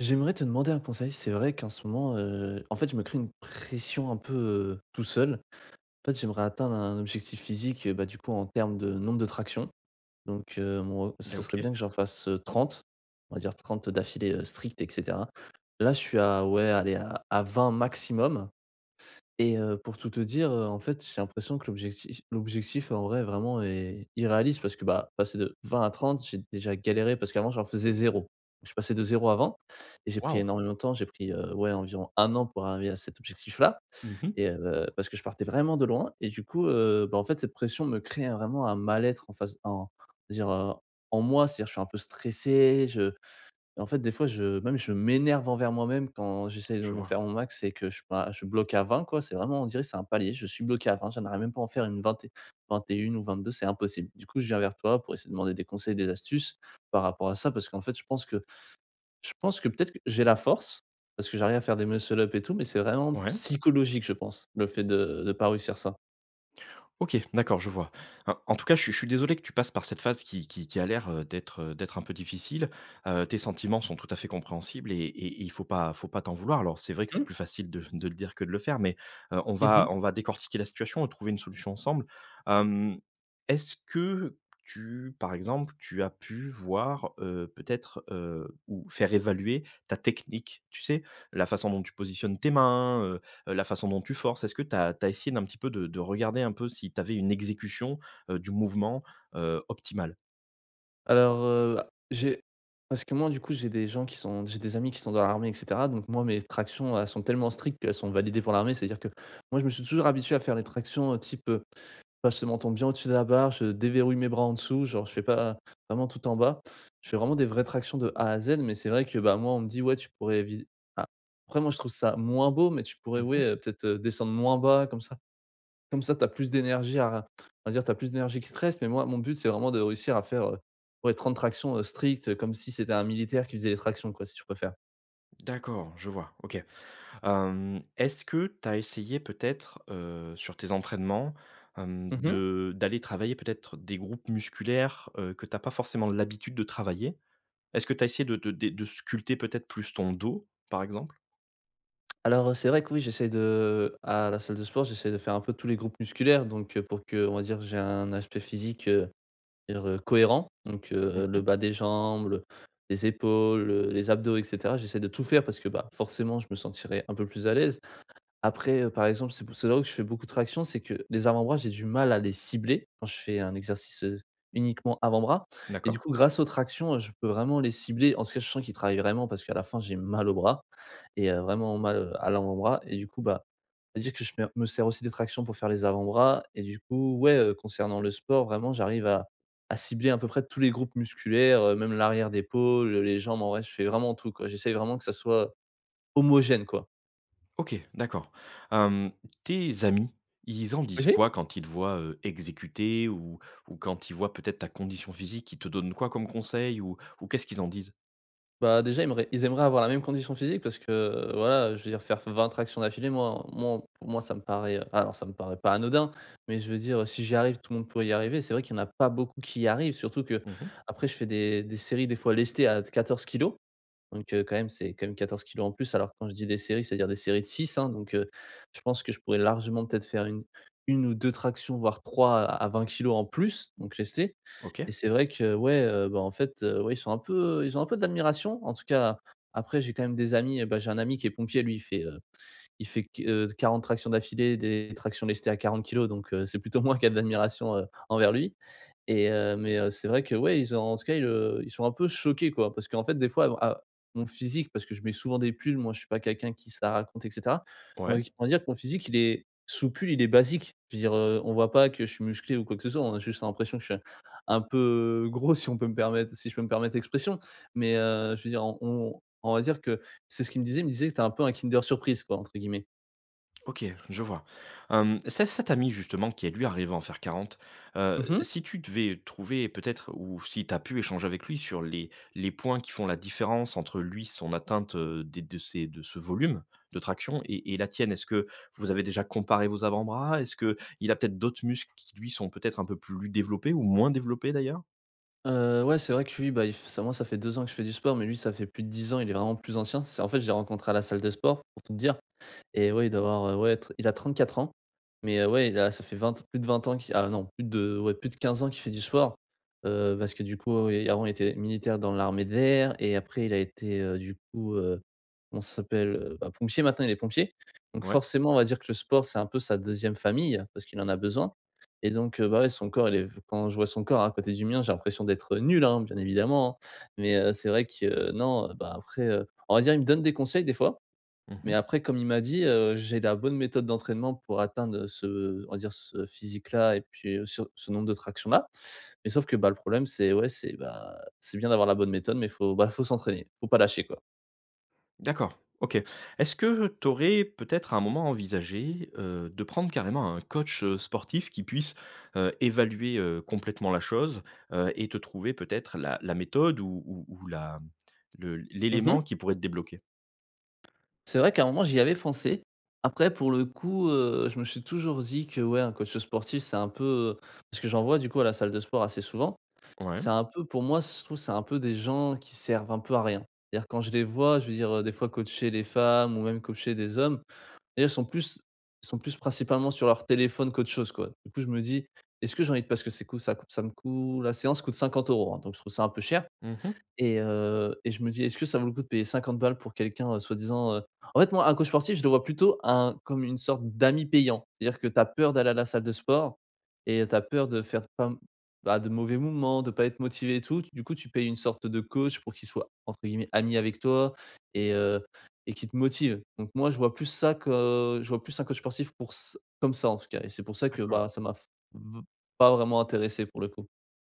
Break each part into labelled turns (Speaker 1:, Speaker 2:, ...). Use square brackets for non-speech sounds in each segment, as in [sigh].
Speaker 1: J'aimerais te demander un conseil. C'est vrai qu'en ce moment, en fait, je me crée une pression un peu, tout seul. En fait, j'aimerais atteindre un objectif physique, bah, du coup, en termes de nombre de tractions. Donc, mon
Speaker 2: Et
Speaker 1: ce
Speaker 2: OK.
Speaker 1: serait bien que j'en fasse, 30, on va dire 30 d'affilée, strictes et cetera. Là, je suis à ouais, allez, à 20 maximum. Et pour tout te dire, en fait, j'ai l'impression que l'objectif en vrai vraiment est irréaliste parce que, bah, passer de 20 à 30, j'ai déjà galéré parce qu'avant j'en faisais zéro. Je passais de zéro à 20 et j'ai pris
Speaker 2: Waouh!
Speaker 1: énormément de temps. J'ai pris, ouais, environ un an pour arriver à cet objectif-là
Speaker 2: Mmh.
Speaker 1: et parce que je partais vraiment de loin et du coup, bah, en fait, cette pression me crée un vraiment un mal-être en face en dire, en moi. C'est-à-dire je suis un peu stressé, et en fait, des fois, je même je m'énerve envers moi-même quand j'essaie de
Speaker 2: Je
Speaker 1: m'en
Speaker 2: vois.
Speaker 1: faire mon max et que je bah, je bloque à 20 quoi, c'est vraiment on dirait que c'est un palier, je suis bloqué à 20, j'arrive même pas à en faire une vingt vingt et une ou 22. C'est impossible. Du coup, je viens vers toi pour essayer de demander des conseils, des astuces par rapport à ça parce qu'en fait, je pense que peut-être que j'ai la force parce que j'arrive à faire des muscle up et tout, mais c'est vraiment
Speaker 2: Ouais.
Speaker 1: psychologique, je pense, le fait de pas réussir ça.
Speaker 2: OK, d'accord, je vois. En tout cas, je suis désolé que tu passes par cette phase qui a l'air d'être un peu difficile. Tes sentiments sont tout à fait compréhensibles et il faut pas t'en vouloir. Alors, c'est vrai que c'est
Speaker 1: Mmh.
Speaker 2: plus facile de le dire que de le faire, mais, on va
Speaker 1: Mmh.
Speaker 2: décortiquer la situation et trouver une solution ensemble. Hem, est-ce que tu, par exemple, tu as pu voir, peut-être, ou faire évaluer ta technique? Tu sais, la façon dont tu positionnes tes mains, la façon dont tu forces? Est-ce que tu as essayé d'un petit peu de regarder un peu si tu avais une exécution, du mouvement, optimale?
Speaker 1: Alors, j'ai parce que moi, du coup, j'ai des amis qui sont dans l'armée et cetera, donc moi, mes tractions, elles sont tellement strictes qu'elles sont validées pour l'armée. C'est-à-dire que moi, je me suis toujours habitué à faire les tractions, type, bah, je m'entends bien au-dessus de la barre, je déverrouille mes bras en dessous, genre, je fais pas vraiment tout en bas. Je fais vraiment des vraies tractions de A à Z, mais c'est vrai que, bah, moi, on me dit: «Ouais, tu pourrais vis». Ah, après moi, je trouve ça moins beau, mais tu pourrais,
Speaker 2: Mmh.
Speaker 1: ouais, peut-être, descendre moins bas comme ça, tu as plus d'énergie à on va dire, tu as plus d'énergie qui te reste, mais moi, mon but, c'est vraiment de réussir à faire, ouais, 30 tractions, strictes, comme si c'était un militaire qui faisait les tractions, quoi, si tu préfères.
Speaker 2: D'accord, je vois, OK. Est-ce que tu as essayé peut-être, sur tes entraînements,
Speaker 1: Mmh.
Speaker 2: de d'aller travailler peut-être des groupes musculaires, que tu n'as pas forcément l'habitude de travailler? Est-ce que tu as essayé de sculpter peut-être plus ton dos, par exemple?
Speaker 1: Alors, c'est vrai que oui, j'essaie de à la salle de sport, j'essaie de faire un peu tous les groupes musculaires, donc pour que, on va dire, j'ai un aspect physique, cohérent, donc le
Speaker 2: Mmh.
Speaker 1: bas des jambes, le les épaules, les abdos et cetera. J'essaie de tout faire parce que, bah, forcément, je me sentirais un peu plus à l'aise. Après, par exemple, c'est là où je fais beaucoup de traction, c'est que les avant-bras, j'ai du mal à les cibler quand je fais un exercice, uniquement avant-bras et du
Speaker 2: D'accord.
Speaker 1: coup, grâce aux tractions, je peux vraiment les cibler. En tout cas, je sens qu'ils travaillent vraiment parce qu'à la fin, j'ai mal au bras et vraiment mal, à l'avant-bras et du coup, bah, c'est-à-dire que je me sers aussi des tractions pour faire les avant-bras et du coup, ouais, concernant le sport, vraiment, j'arrive à cibler à peu près tous les groupes musculaires, même l'arrière d'épaule, les jambes. En vrai, je fais vraiment tout, quoi. J'essaye vraiment que ça soit homogène, quoi.
Speaker 2: OK, d'accord. Hem, tes amis, ils en disent
Speaker 1: OK.
Speaker 2: quoi quand ils te voient, exécuter ou quand ils voient peut-être ta condition physique? Ils te donnent quoi comme conseil ou qu'est-ce qu'ils en disent?
Speaker 1: Bah, déjà, ils aimeraient avoir la même condition physique parce que, voilà, je veux dire faire 20 tractions d'affilée, moi, pour moi, ça me paraît, alors ça me paraît pas anodin, mais je veux dire, si j'y arrive, tout le monde pourrait y arriver. C'est vrai qu'il y en a pas beaucoup qui y arrivent, surtout que
Speaker 2: Mmh.
Speaker 1: après je fais des séries, des fois lestées à 14 kilos, donc quand même, c'est quand même 14 kilos en plus. Alors quand je dis des séries, c'est-à-dire des séries de six, hein, donc je pense que je pourrais largement peut-être faire une ou 2 tractions, voire 3 à 20 kg en plus, donc lestées.
Speaker 2: OK.
Speaker 1: Et c'est vrai que, ouais, bah, en fait, ouais, ils ont un peu d'admiration. En tout cas, après j'ai quand même des amis, bah, j'ai un ami qui est pompier, lui, il fait q 40 tractions d'affilée, des tractions lestées à 40 kilos, donc c'est plutôt [laughs] moi qui a de l'admiration, envers lui. Et mais c'est vrai que ouais, ils ont en tout cas, ils sont un peu choqués, quoi, parce qu'en fait des fois à mon physique, parce que je mets souvent des pulls, moi je suis pas quelqu'un qui se la raconte et cetera.
Speaker 2: Ouais.
Speaker 1: On va dire que mon physique, il est sous pull, il est basique. Je veux dire, on voit pas que je suis musclé ou quoi que ce soit, on a juste l'impression que je suis un peu gros, si on peut me permettre si je peux me permettre l'expression, mais je veux dire, on va dire que c'est ce qu'il me disait, que t'es un peu un Kinder surprise, quoi», entre guillemets.
Speaker 2: OK, je vois. Hem, ce cet ami justement qui est lui arrivé à en faire 40,
Speaker 1: Mmh mh.
Speaker 2: si tu devais trouver peut-être ou si tu as pu échanger avec lui sur les points qui font la différence entre lui, son atteinte, des de ces de ce volume de traction et la tienne. Est-ce que vous avez déjà comparé vos avant-bras? Est-ce que il a peut-être d'autres muscles qui lui sont peut-être un peu plus développés ou moins développés d'ailleurs?
Speaker 1: Ouais, c'est vrai que lui, bah, il f ça moi, ça fait 2 ans que je fais du sport, mais lui ça fait plus de 10 ans, il est vraiment plus ancien. C'est En fait, je l'ai rencontré à la salle de sport pour tout te dire. Et ouais, il doit avoir, ouais, être il a 34 ans, mais ouais, il a ça fait 20 plus de 20 ans qui ah non, plus de ouais, plus de 15 ans qu'il fait du sport, parce que du coup, et avant, il était militaire dans l'armée de l'air et après il a été, du coup, comment s'appelle? Bah, pompier maintenant, il est pompier. Donc
Speaker 2: Ouais.
Speaker 1: forcément, on va dire que le sport, c'est un peu sa deuxième famille parce qu'il en a besoin et donc bah, ouais, son corps, il est quand je vois son corps à côté du mien, j'ai l'impression d'être nul, hein, bien évidemment, hein, mais c'est vrai que non, bah, après, on va dire, il me donne des conseils des fois, mais
Speaker 2: Mmh.
Speaker 1: après, comme il m'a dit, «J'ai la bonne méthode d'entraînement pour atteindre ce on va dire ce physique-là et puis, ce nombre de tractions-là». Mais sauf que, bah, le problème, c'est ouais, c'est bien d'avoir la bonne méthode, mais faut s'entraîner, faut pas lâcher, quoi.
Speaker 2: D'accord, OK. Est-ce que tu aurais peut-être à un moment envisagé, de prendre carrément un coach, sportif qui puisse, évaluer, complètement la chose, et te trouver peut-être la méthode ou la le l'élément
Speaker 1: Mmh.
Speaker 2: qui pourrait te débloquer?
Speaker 1: C'est vrai qu'à un moment, j'y avais pensé. Après, pour le coup, je me suis toujours dit que, ouais, un coach sportif, c'est un peu, parce que j'en vois du coup à la salle de sport assez souvent,
Speaker 2: Ouais.
Speaker 1: c'est un peu, pour moi, je trouve, c'est un peu des gens qui servent un peu à rien. C'est-à-dire quand je les vois, je veux dire, des fois coacher les femmes ou même coacher des hommes. D'ailleurs, ils sont plus principalement sur leur téléphone qu'autre chose, quoi. Du coup, je me dis: «Est-ce que j'ai envie de», parce que c'est coût ça coûte ça me coûte la séance coûte 50 euros, hein, donc je trouve ça un peu cher.
Speaker 2: Mmh.
Speaker 1: Et je me dis: «Est-ce que ça vaut le coup de payer 50 balles pour quelqu'un, soi-disant,» En fait, moi, un coach sportif, je le vois plutôt un comme une sorte d'ami payant. C'est-à-dire que tu as peur d'aller à la salle de sport et tu as peur de faire pas bah, de mauvais mouvements, de pas être motivé et tout. Du coup, tu payes une sorte de coach pour qu'il soit, entre guillemets, «ami» avec toi et et qui te motive. Donc moi, je vois plus ça, que je vois plus un coach sportif pour ç comme ça, en tout cas, et c'est pour ça que,
Speaker 2: D'accord.
Speaker 1: bah, ça m'a f v pas vraiment intéressé pour le coup.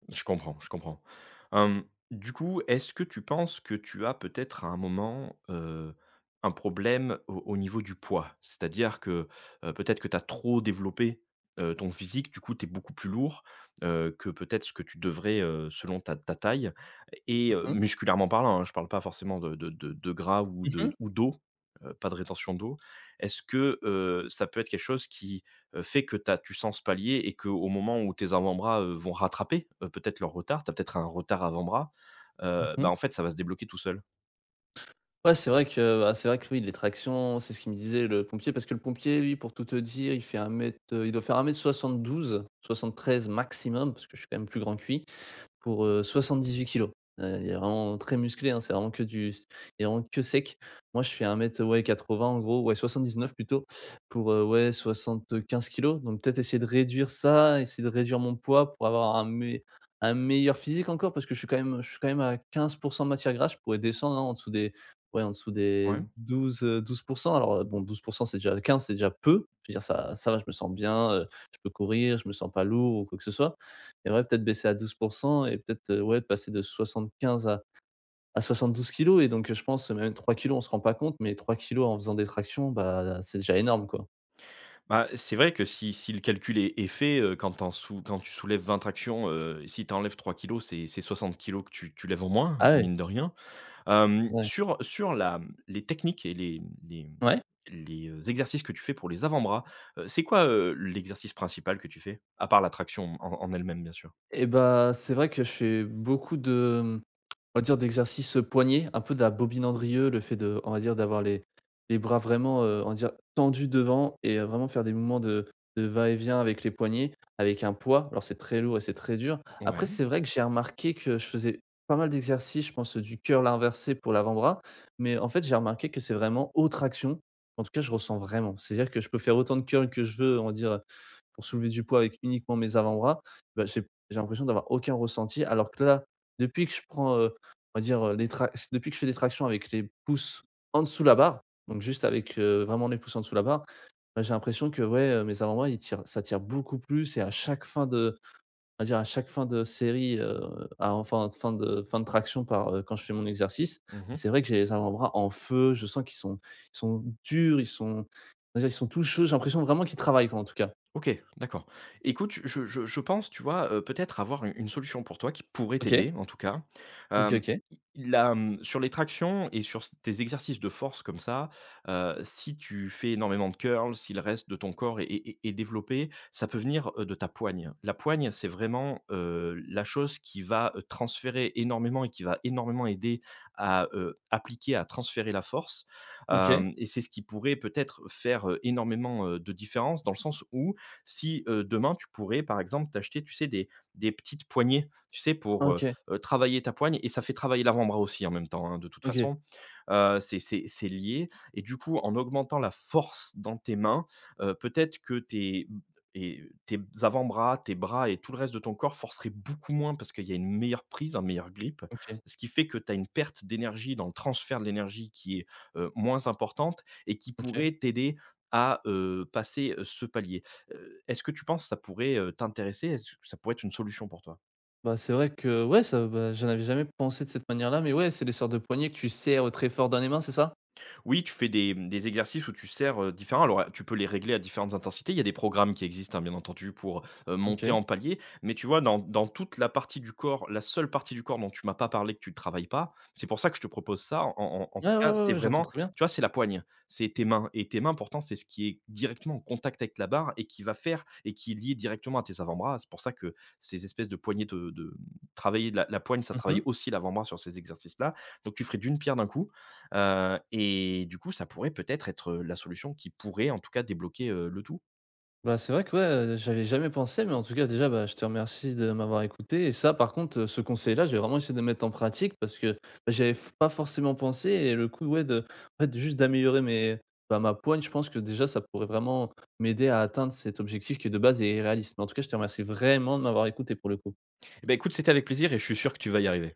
Speaker 2: Je comprends, je comprends. Hem, du coup, est-ce que tu penses que tu as peut-être à un moment, un problème au niveau du poids? C'est-à-dire que, peut-être que tu as trop développé, ton physique, du coup, tu es beaucoup plus lourd, que peut-être ce que tu devrais, selon ta taille et
Speaker 1: Mmh mh.
Speaker 2: musculairement parlant, hein, je ne parle pas forcément de gras ou de
Speaker 1: Mmh
Speaker 2: ou d'eau, pas de rétention d'eau. Est-ce que, ça peut être quelque chose qui fait que tu sens ce palier et qu'au moment où tes avant-bras, vont rattraper, peut-être leur retard, tu as peut-être un retard avant-bras, bah,
Speaker 1: Mmh
Speaker 2: en fait, ça va se débloquer tout seul.
Speaker 1: Ouais, c'est vrai que c'est vrai que oui, les tractions, c'est ce qu'il me disait le pompier, parce que le pompier, lui, pour tout te dire, il fait un mètre, il doit faire 1 m 72, 73 maximum, parce que je suis quand même plus grand que lui pour, 78 kilos. Il est vraiment très musclé, hein, c'est vraiment que du il est vraiment que sec. Moi, je fais un mètre ouais 80 en gros, ouais 79 plutôt pour, ouais 75 kilos. Donc peut-être essayer de réduire ça, essayer de réduire mon poids pour avoir un meilleur physique encore parce que je suis quand même à 15 de matière grasse. Je pourrais descendre, hein, en dessous des ouais en dessous des
Speaker 2: Ouais.
Speaker 1: 12, Alors, bon 12, c'est déjà 15, c'est déjà peu. Je veux dire, ça va, je me sens bien, je peux courir, je me sens pas lourd ou quoi que ce soit et ouais, peut-être baisser à 12% et peut-être, ouais, passer de 75 à 72 kilos. Et donc, je pense même 3 kilos on se rend pas compte, mais 3 kilos en faisant des tractions, bah, c'est déjà énorme, quoi.
Speaker 2: Bah, c'est vrai que si le calcul est fait, quand tu soulèves 20 tractions, si tu enlèves 3 kilogrammes, c'est 60 kilos que tu lèves en moins,
Speaker 1: Ah ouais,
Speaker 2: mine de rien. Hem,
Speaker 1: ouais,
Speaker 2: sur sur la les techniques et les les
Speaker 1: ouais.
Speaker 2: exercices que tu fais pour les avant-bras, c'est quoi, l'exercice principal que tu fais? À part la traction en elle-même, bien sûr.
Speaker 1: Et bah, c'est vrai que je fais beaucoup de, on va dire, d'exercices, un peu de la Bobine Andrieux, le fait de, on va dire, d'avoir les bras vraiment, on va dire tendus devant et vraiment faire des mouvements de va-et-vient avec les poignets, avec un poids. Alors c'est très lourd et c'est très dur. Après
Speaker 2: Ouais.
Speaker 1: c'est vrai que j'ai remarqué que je faisais pas mal d'exercices, je pense, du curl inversé pour l'avant-bras, mais en fait j'ai remarqué que c'est vraiment aux tractions, en tout cas je ressens vraiment. C'est-à-dire que je peux faire autant de curl que je veux, on va dire, pour soulever du poids avec uniquement mes avant-bras, bah, j'ai l'impression d'avoir aucun ressenti. Alors que là, depuis que je prends, on va dire, les trac depuis que je fais des tractions avec les pouces en dessous de la barre, donc juste avec, vraiment les pouces en dessous de la barre, bah, j'ai l'impression que ouais, mes avant-bras, ils tirent ça tire beaucoup plus. Et à chaque fin de on va dire à chaque fin de série, à enfin fin de traction par, quand je fais mon exercice,
Speaker 2: Mmh.
Speaker 1: c'est vrai que j'ai les avant-bras en feu, je sens qu'ils sont ils sont durs, ils sont, on va dire, ils sont tout chauds, j'ai l'impression vraiment qu'ils travaillent quoi, en tout cas.
Speaker 2: OK, d'accord. Écoute, je pense, tu vois, peut-être avoir u une solution pour toi qui pourrait
Speaker 1: OK.
Speaker 2: t'aider, en tout cas.
Speaker 1: OK,
Speaker 2: Hem,
Speaker 1: OK.
Speaker 2: sur les tractions et sur s tes exercices de force comme ça, si tu fais énormément de curls, si le reste de ton corps est développé, ça peut venir, de ta poigne. La poigne, c'est vraiment, la chose qui va, transférer énormément et qui va énormément aider à, appliquer, à transférer la force.
Speaker 1: OK.
Speaker 2: Hem et c'est ce qui pourrait peut-être faire, énormément, de différence dans le sens où si demain tu pourrais, par exemple, t'acheter, tu sais, des petites poignées, tu sais, pour
Speaker 1: OK.
Speaker 2: travailler ta poigne et ça fait travailler l'avant-bras aussi en même temps, hein, de toute
Speaker 1: OK.
Speaker 2: façon. C'est lié. Et du coup, en augmentant la force dans tes mains, peut-être que et tes avant-bras, tes bras et tout le reste de ton corps forcerait beaucoup moins parce qu'il y a une meilleure prise, un meilleur grip,
Speaker 1: OK.
Speaker 2: ce qui fait que tu as une perte d'énergie dans le transfert de l'énergie qui est moins importante et qui
Speaker 1: OK.
Speaker 2: pourrait t'aider à passer ce palier. Est-ce que tu penses que ça pourrait, t'intéresser? Est-ce que ça pourrait être une solution pour toi?
Speaker 1: Bah, c'est vrai que, ouais, j'en avais jamais pensé de cette manière-là, mais ouais, c'est les sortes de poignées que tu serres très fort dans les mains, c'est ça?
Speaker 2: Oui, tu fais des exercices où tu sers, différents alors, tu peux les régler à différentes intensités. Il y a des programmes qui existent, hein, bien entendu pour, monter
Speaker 1: OK.
Speaker 2: en palier. Mais tu vois, dans toute la partie du corps, la seule partie du corps dont tu m'as pas parlé, que tu ne travailles pas, c'est pour ça que je te propose ça. En
Speaker 1: Ouais,
Speaker 2: tout
Speaker 1: ouais,
Speaker 2: cas,
Speaker 1: ouais,
Speaker 2: c'est
Speaker 1: ouais, j'entends
Speaker 2: vraiment,
Speaker 1: très bien.
Speaker 2: tu vois, c'est la poigne, c'est tes mains et tes mains pourtant, c'est ce qui est directement en contact avec la barre et qui va faire et qui est lié directement à tes avant-bras. C'est pour ça que ces espèces de poignées de travailler la poigne, ça
Speaker 1: Mmh mh.
Speaker 2: travaille aussi l'avant-bras sur ces exercices-là. Donc tu ferais d'une pierre d'un coup. Et du coup, ça pourrait peut-être être, la solution qui pourrait en tout cas débloquer, le tout.
Speaker 1: Bah, c'est vrai que, ouais, j'avais jamais pensé, mais en tout cas, déjà, bah, je te remercie de m'avoir écouté. Et ça, par contre, ce conseil-là, j'ai vraiment essayé de le mettre en pratique parce que, bah, j'y f pas forcément pensé. Et le coup, ouais, de, en fait, juste d'améliorer mes bah, ma poigne, je pense que déjà, ça pourrait vraiment m'aider à atteindre cet objectif qui, de base, est réaliste. Mais en tout cas, je te remercie vraiment de m'avoir écouté pour le coup.
Speaker 2: Et bah, écoute, c'était avec plaisir et je suis sûr que tu vas y arriver.